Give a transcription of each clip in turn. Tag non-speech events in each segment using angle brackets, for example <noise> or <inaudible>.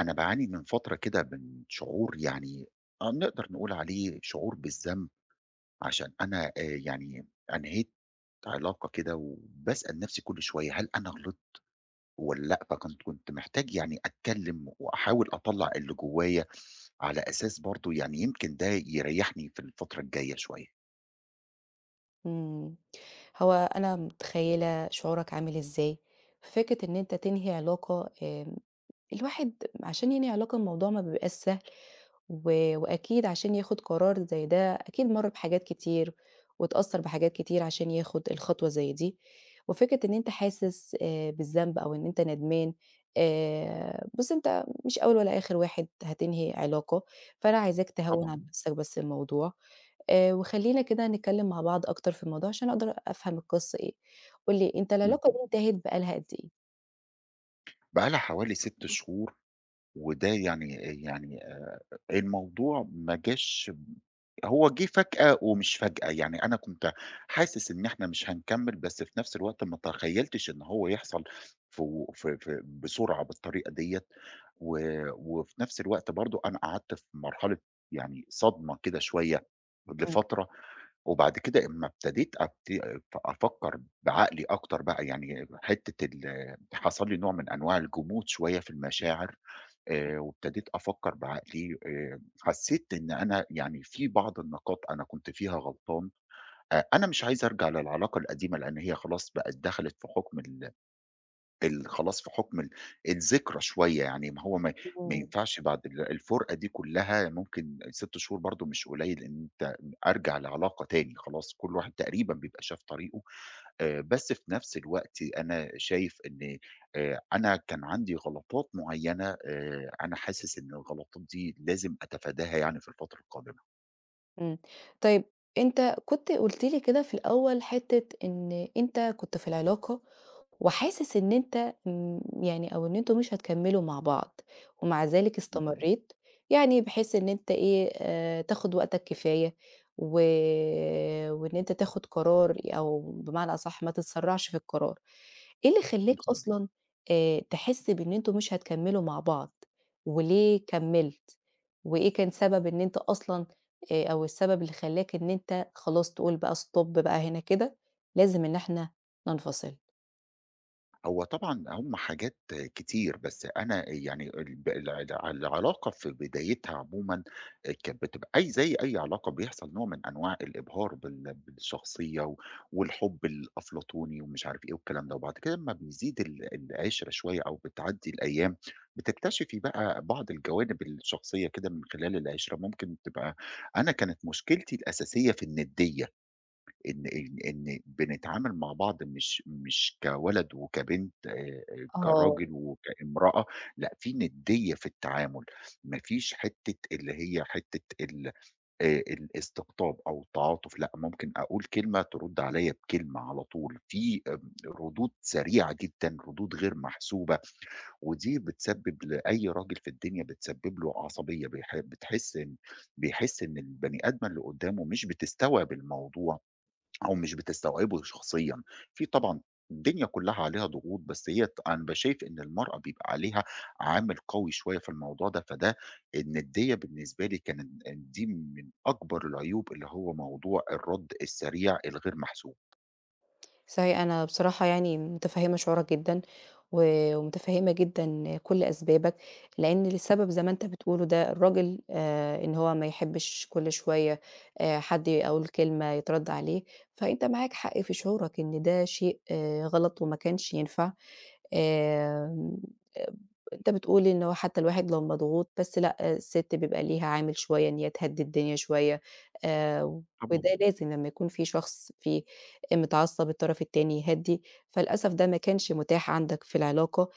أنا باعاني من فترة كده من شعور يعني نقدر نقول عليه شعور بالذنب عشان أنا يعني أنهيت علاقة كده وباسأل نفسي كل شوية هل أنا غلطت والّا لأ؟ فكنت محتاج يعني أتكلم وأحاول أطلّع اللي جوايا على أساس برضه يعني يمكن ده يريحني في الفترة الجاية شوية. إمم. هو أنا متخيّلة شعورك عامل إزاي، ففكرة إن أنت تنهي علاقة الواحد عشان ينهي علاقة الموضوع ما بيبقاش سهل، و وأكيد عشان ياخد قرار زي ده أكيد مَر بحاجات كتير، واتأثّر بحاجات كتير عشان ياخد الخطوة زي دي، وفكرة إن أنت حاسس بالذنب أو إن أنت ندمان بُص أنت مش أول ولا آخر واحد هتنهي علاقة، فأنا عايزاك تهوّن طبعًا. على نفسك بس الموضوع. وخلّينا كده نتكلّم مع بعض أكتر في الموضوع عشان أقدر أفهم القصّة إيه. قُل لي أنت إمم. العلاقة دي انتهت بقى لها قد إيه؟ بقى لها حوالي 6 شهور، وده يعني يعني الموضوع ما جاش. هو جه فجأة ومش فجأة، يعني أنا كنت حاسس إن إحنا مش هنكمّل، بس في نفس الوقت ما تخيّلتش إن هو يحصل في بسرعة بالطريقة ديّة، و وفي نفس الوقت برضه أنا قعدت في مرحلة يعني صدمة كده شوية إمم، لفترة، وبعد كده أمّا ابتديت أفكّر بعقلي أكتر بقى، يعني حتّة ال حصل لي نوع من أنواع الجمود شوية في المشاعر. وابتديت أفكّر بعقلي، حسّيت إن أنا يعني في بعض النقاط أنا كنت فيها غلطان. أنا مش عايز أرجع للعلاقة القديمة لإن هي خلاص بقت دخلت في حُكم ال خلاص، في حُكم الذكرى شوية، يعني ما هو ما إمم. ينفعش بعد الفُرقة دي كلّها. ممكن 6 شهور برضه مش قليّل إن أنت أرجع لعلاقة تاني، خلاص كل واحد تقريبًا بيبقى شاف طريقه. بس في نفس الوقت أنا شايف إن أنا كان عندي غلطات معيّنة. أنا حاسس إن الغلطات دي لازم أتفاداها يعني في الفترة القادمة. إمم. طيب أنت كنت قُلت لي كده في الأول حتّة إن أنت كنت في العلاقة وحاسس إن أنت يعني أو إن أنتم مش هتكمّلوا مع بعض، ومع ذلك إمم، استمرّيت، يعني بحيث إن أنت إيه، تاخُد وقتك كفاية و وإن أنت تاخُد قرار أو بمعنى أصح ما تتسرّعش في القرار. إيه اللي خلّاك بالضبط. أصلًا تحس بإن أنتم مش هتكمّلوا مع بعض وليه كمّلت؟ وإيه كان سبب إن أنت أصلًا أو السبب اللي خلّاك إن أنت خلاص تقول بقى stop بقى هنا كده، لازم إن إحنا ننفصل؟ هو طبعًا هم حاجات كتير، بس أنا يعني الب الع العلاقة في بدايتها عمومًا كانت بتبقى أي زي أي علاقة بيحصل نوع من أنواع الإبهار بالشخصية والحب الأفلاطوني ومش عارف إيه والكلام ده، وبعد كده أمّا بيزيد العِشرة شوية أو بتعدّي الأيام، بتكتشفي بقى بعض الجوانب الشخصية كده من خلال العِشرة، ممكن تبقى. أنا كانت مشكلتي الأساسية في الندية. إن بنتعامل مع بعض مش كولد وكبنت، آه، كراجل وكامرأة. لأ، في ندية في التعامل، ما فيش حتة اللي هي حتة ال الاستقطاب أو التعاطف. لأ، ممكن أقول كلمة ترد عليَّ بكلمة على طول، في ردود سريعة جدًا، ردود غير محسوبة. ودي بتسبب لأي راجل في الدنيا، بتسبب له عصبية، بتحس إن بيحس إن البني آدمة اللي قدامه مش بتستوعب الموضوع، أو مش بتستوعبه شخصيًا. في طبعًا الدنيا كلّها عليها ضغوط، بس هي ت أنا باشايف إن المرأة بيبقى عليها عامل قوي شوية في الموضوع ده. فده النديّة بالنسبة لي كانت دي من أكبر العيوب، اللي هو موضوع الرَد السريع الغير محسوب. صحيح. أنا بصراحة يعني متفهّمة شعورك جدًا، و ومتفهّمة جدًا كل أسبابك، لإن السبب زي ما أنت بتقوله ده الراجل إن هو ما يحبّش كل شوية حد يقول كلمة يترَد عليه، فأنت معاك حق في شعورك إن ده شيء غلط وما كانش ينفع، آمم، أنت بتقول إن هو حتى الواحد لو مضغوط بس لأ، السِت بيبقى ليها عامل شوية إن هي تهدّي الدنيا شوية. آآ طبعا. وده لازم لمّا يكون في شخص متعصّب، الطرف التاني يهدّي، فللأسف ده ما كانش متاح عندك في العلاقة،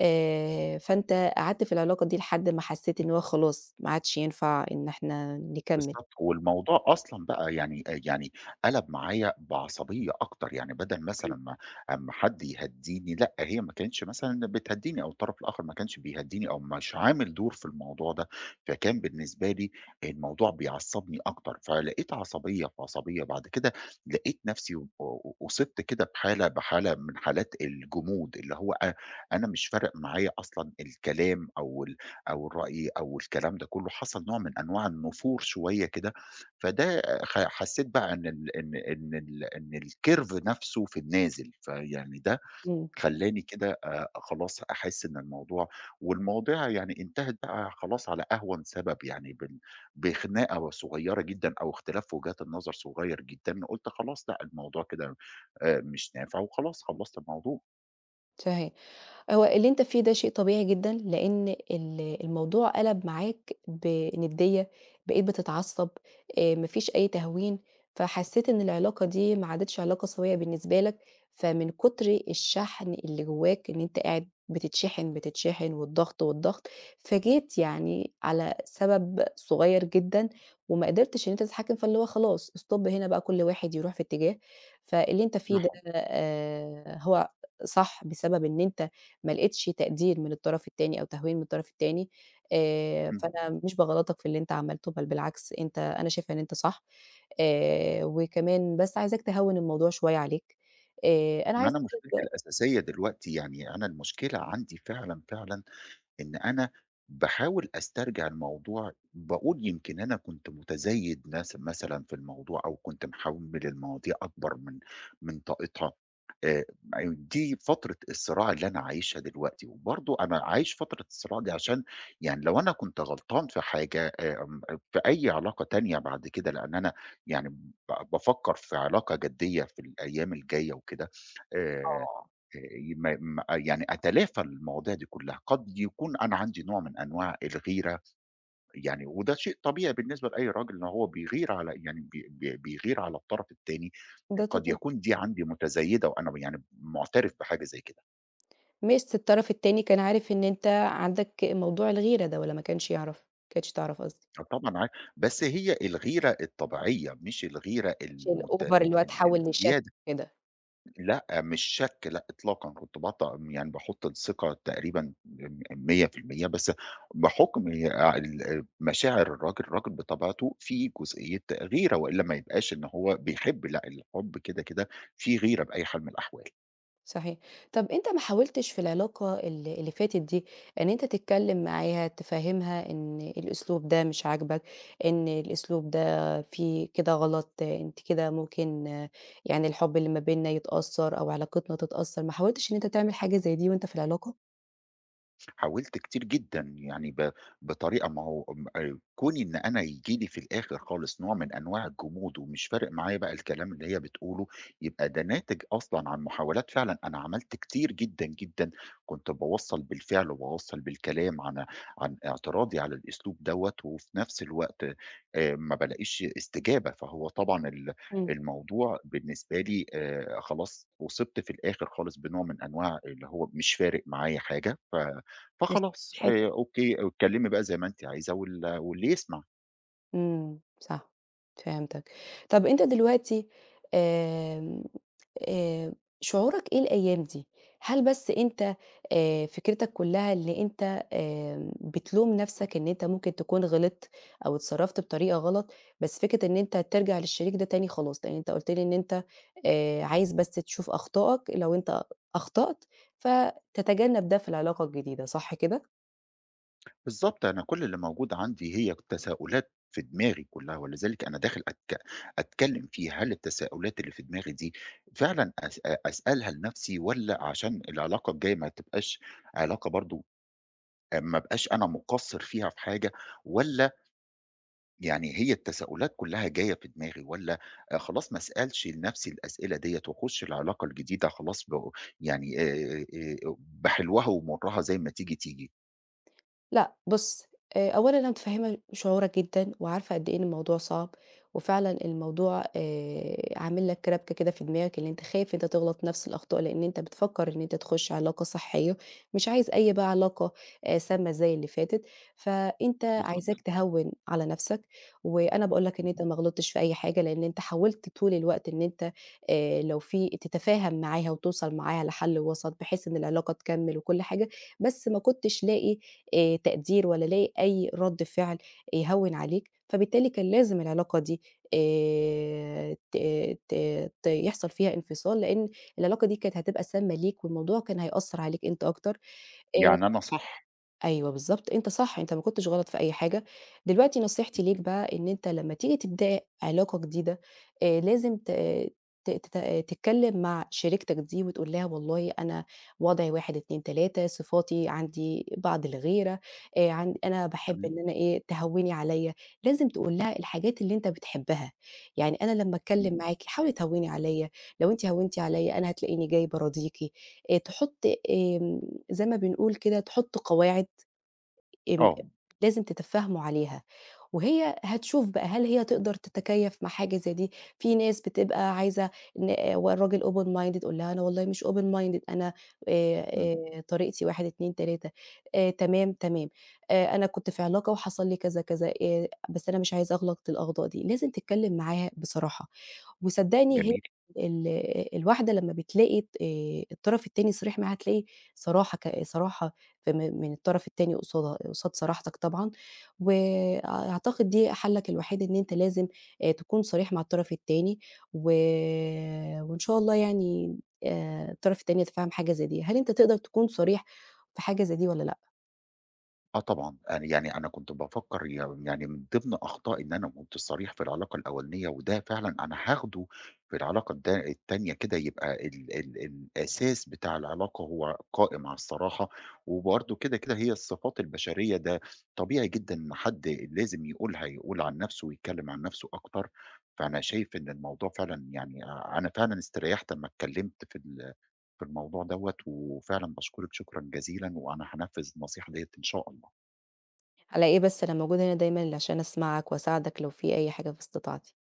فأنت قعدت في العلاقة دي لحد ما حسّيت إن هو خلاص ما عادش ينفع إن إحنا نكمّل. بالضبط، والموضوع أصلًا بقى يعني يعني قَلَب معايا بعصبية أكتر. يعني بدل مثلًا إمم. ما أمّا حد يهدّيني، لأ هي ما كانتش مثلًا بتهدّيني أو الطرف الآخر ما كانش بيهدّيني أو مش عامل دور في الموضوع ده. فكان بالنسبة لي الموضوع بيعصّبني أكتر، فلقيت عصبية في عصبية. بعد كده لقيت نَفْسي و أُصِبت كده بحالة بحالة من حالات الجمود، اللي هو أ أنا مش فارق معايا أصلًا الكلام أو الرأي أو الكلام ده كله. حصل نوع من أنواع النفور شوية كده، فده حسيت بقى إن ال إن إن ال إن الcurve نفسه في النازل. فيعني ده إمم، خلّاني كده، خلاص أحس إن الموضوع والمواضيع يعني انتهت بقى خلاص على أهون سبب، يعني بال بخناقة صغيرة جدًا أو اختلاف وجهات النظر صغير جدًا. قُلت خلاص لأ، الموضوع كده مش نافع، وخلاص خلّصت الموضوع. صحيح. هو اللي أنت فيه ده شيء طبيعي جدًا، لإن الموضوع قَلَب معاك بنديّة، بقيت بتتعصّب، ما فيش أي تهوين، فحسّيت إن العلاقة دي ما عادتش علاقة سوية بالنسبة لك، فمن كتر الشحن اللي جواك إن أنت قاعد بتتشحن، بتتشحن والضغط، والضغط، فجيت يعني على سبب صغير جدًا وما قدرتش إن أنت تتحكّم فاللي هو خلاص stop هنا بقى كل واحد يروح في اتجاه، فاللي أنت إمم. فيه ده هو صح بسبب إن أنت ما لقيتش تقدير من الطرف التاني أو تهوين من الطرف التاني، إمم. فأنا مش باغلطك في اللي أنت عملته، بل بالعكس أنت أنا شايفة إن أنت صح، وكمان بس عايزاك تهوّن الموضوع شوية عليك، أنا ما عايزة أنا مشكلتي <unintelligible> الأساسية دلوقتي، يعني أنا المشكلة عندي فعلًا، فعلًا، إن أنا باحاول أسترجع الموضوع، باقول يمكن أنا كنت متزايد مثلًا في الموضوع، أو كنت محمِّل المواضيع أكبر من طاقتها. آآ دي فترة الصراع اللي أنا عايشها دلوقتي، وبرضه أنا عايش فترة الصراع دي عشان يعني لو أنا كنت غلطان في حاجة في أي علاقة تانية بعد كده، لأن أنا يعني بافكّر في علاقة جدية في الأيام الجاية وكده. آآ آه، ما يعني أتلافى المواضيع دي كلّها. قد يكون أنا عندي نوع من أنواع الغيرة، يعني وده شيء طبيعي بالنسبة لأي راجل إن هو بيغير على، يعني بي بي بيغير على الطرف التاني. ده قد طبيعي. يكون دي عندي متزايدة، وأنا يعني مُعترف بحاجة زي كده. ماشي، الطرف التاني كان عارف إن أنت عندك موضوع الغيرة ده والّا ما كانش يعرف؟ ما كانتش تعرف قصدي، فطبعًا بس هي الغيرة الطبيعية مش الغيرة مش المت الأوفر ال اللي هو ال اتحول للشك الزيادة كده. لأ، مش شَك لأ إطلاقًا، كنت باط يعني باحُط الثقة تقريبًا 100% بس بحُكم ع ال مشاعر الراجل. الراجل بطبيعته في جزئية غيرة، وإلا ما يبقاش إن هو بيحب. لأ، الحُب كده، كده فيه غيرة بأي حال من الأحوال. صحيح. طَب أنت ما حاولتش في العلاقة اللي فاتت دي إن أنت تتكلّم معاها، تفهّمها إن الأسلوب ده مش عاجبك، إن الأسلوب ده فيه كده غلط، أنتِ كده ممكن آه، يعني الحُب اللي ما بيننا يتأثّر أو علاقتنا تتأثّر، ما حاولتش إن أنت تعمل حاجة زي دي وأنت في العلاقة؟ حاولت كتير جدًا، يعني بطريقة. ما هو م كوني إن أنا ييجي لي في الآخر خالص نوع من أنواع الجمود ومش فارق معايا بقى الكلام اللي هي بتقوله، يبقى ده ناتج أصلًا عن محاولات. فعلًا أنا عملت كتير جدًا، جدًا، كنت باوصّل بالفعل وباوصّل بالكلام عن اعتراضي على الأسلوب دوّة، وفي نفس الوقت ما بالاقيش استجابة. فهو طبعًا ال إمم. الموضوع بالنسبة لي خلاص أُصبت في الآخر خالص بنوع من أنواع اللي هو مش فارق معايا حاجة. فخلاص وسط، أوكي، اتكلّمي بقى زي ما أنتِ عايزة واللي يسمع. إمم، صح، فهمتك. طَب أنت دلوقتي آمم، آآ، شعورك إيه الأيام دي؟ هل بس أنت فكرتك كلّها إن أنت بتلوم نَفْسك إن أنت ممكن تكون غلطت أو اتصرّفت بطريقة غلط، بس فكرة إن أنت ترجع للشريك ده تاني خلاص، لإن أنت قُلت لي إن أنت عايز بس تشوف أخطائك، لو أنت أخطأت فتتجنّب ده في العلاقة الجديدة، صح كده؟ بالضبط، أنا كل اللي موجود عندي هي تساؤلات في دماغي كلّها، ولذلك أنا داخل أتكلّم فيها. هل التساؤلات اللي في دماغي دي فعلًا أسألها لنَفْسي، والّا عشان العلاقة الجاية ما تبقاش علاقة برضه، ما ابقاش أنا مُقصّر فيها في حاجة، والّا يعني هي التساؤلات كلها جاية في دماغي، والّا خلاص ما اسألش لنفسي الأسئلة ديّة وأخش العلاقة الجديدة خلاص، يعني بحلوها ومرّها زي ما تيجي، تيجي؟ لأ بُص، أولًا أنا متفهّمة شعورك جدًا وعارفة قد إيه إن الموضوع صعب، وفعلًا الموضوع عامل لك ربكة كده في دماغك، إن أنت خايف أنت تغلط نفس الأخطاء، لإن أنت بتفكّر إن أنت تخش علاقة صحية، مش عايز أي بقى علاقة سامة زي اللي فاتت، فأنت بالضبط. عايزاك تهوّن على نفسك، وأنا باقول لك إن أنت ما غلطتش في أي حاجة، لإن أنت حاولت طول الوقت إن أنت لو في تتفاهم معاها وتوصل معاها لحل وسط، بحيث إن العلاقة تكمّل وكل حاجة، بس ما كنتش لاقي تقدير ولا لاقي أي رَد فعل يهوّن عليك، فبالتالي كان لازم العلاقة دي ت ت ت يحصل فيها انفصال، لإن العلاقة دي كانت هتبقى سامة ليك والموضوع كان هيأثّر عليك أنت أكتر. آآ يعني أنا صح؟ أيوه بالضبط، أنت صح، أنت ما كنتش غلط في أي حاجة. دلوقتي إمم، نصيحتي ليك بقى إن أنت لمّا تيجي تبدأي علاقة جديدة، لازم ت ت تت تتكلّم مع شريكتك دي وتقول لها والله أنا وضعي 1، 2، 3 صفاتي عندي بعض الغيرة، عن أنا باحب إمم، إن أنا إيه، تهوّني عليّا. لازم تقول لها الحاجات اللي أنت بتحبها. يعني أنا لمّا إمم، أتكلّم معاكِ حاولي تهوّني عليّا، لو أنتِ هوّنتِ عليّا أنا هتلاقيني جاي باراضيكِ. تحُط آمم زي ما بنقول كده، تحُط قواعد، آمم، آه، لازم تتفاهموا عليها، وهي هتشوف بقى هل هي تقدر تتكيّف مع حاجة زي دي؟ في ناس بتبقى عايزة إن آه، والراجل open minded. قُل لها أنا والله مش open minded أنا آآ، إمم، طريقتي 1، 2، 3 تمام، تمام، أنا كنت في علاقة وحصل لي كذا، كذا، بس أنا مش عايزة أغلط الأغضاء دي، لازم تتكلم معاها بصراحة. وصدّقني هي جميل. ال الواحدة لمّا بتلاقي ت الطرف التاني صريح معاها، هتلاقي صراحة صراحة ف م من الطرف التاني قصادها قصاد صراحتك طبعًا، وأعتقد دي حَلّك الوحيد إن أنت لازم تكون صريح مع الطرف التاني، و وإن شاء الله يعني الطرف التاني يتفهّم حاجة زي دي. هل أنت تقدر تكون صريح في حاجة زي دي والّا لأ؟ آه طبعًا، أنا يعني أنا كنت بافكّر يعني من ضمن أخطائي إن أنا ما كنتش صريح في العلاقة الأولانية، وده فعلًا أنا هاخده في العلاقة التانية كده، يبقى ال الأساس بتاع العلاقة هو قائم على الصراحة. وبرضه كده، كده هي الصفات البشرية، ده طبيعي جدًا إن حد لازم يقولها، يقول عن نَفْسه ويتكلّم عن نَفْسه أكتر. فأنا شايف إن الموضوع فعلًا، يعني أنا فعلًا استريّحت أمّا اتكلّمت في الموضوع دوّة، وفعلًا باشكرِك شكرًا جزيلًا، وأنا هانفّذ النصيحة ديّة إن شاء الله. على إيه بس، أنا موجودة هنا دايمًا عشان أسمعك وأساعدك لو في أي حاجة في استطاعتي.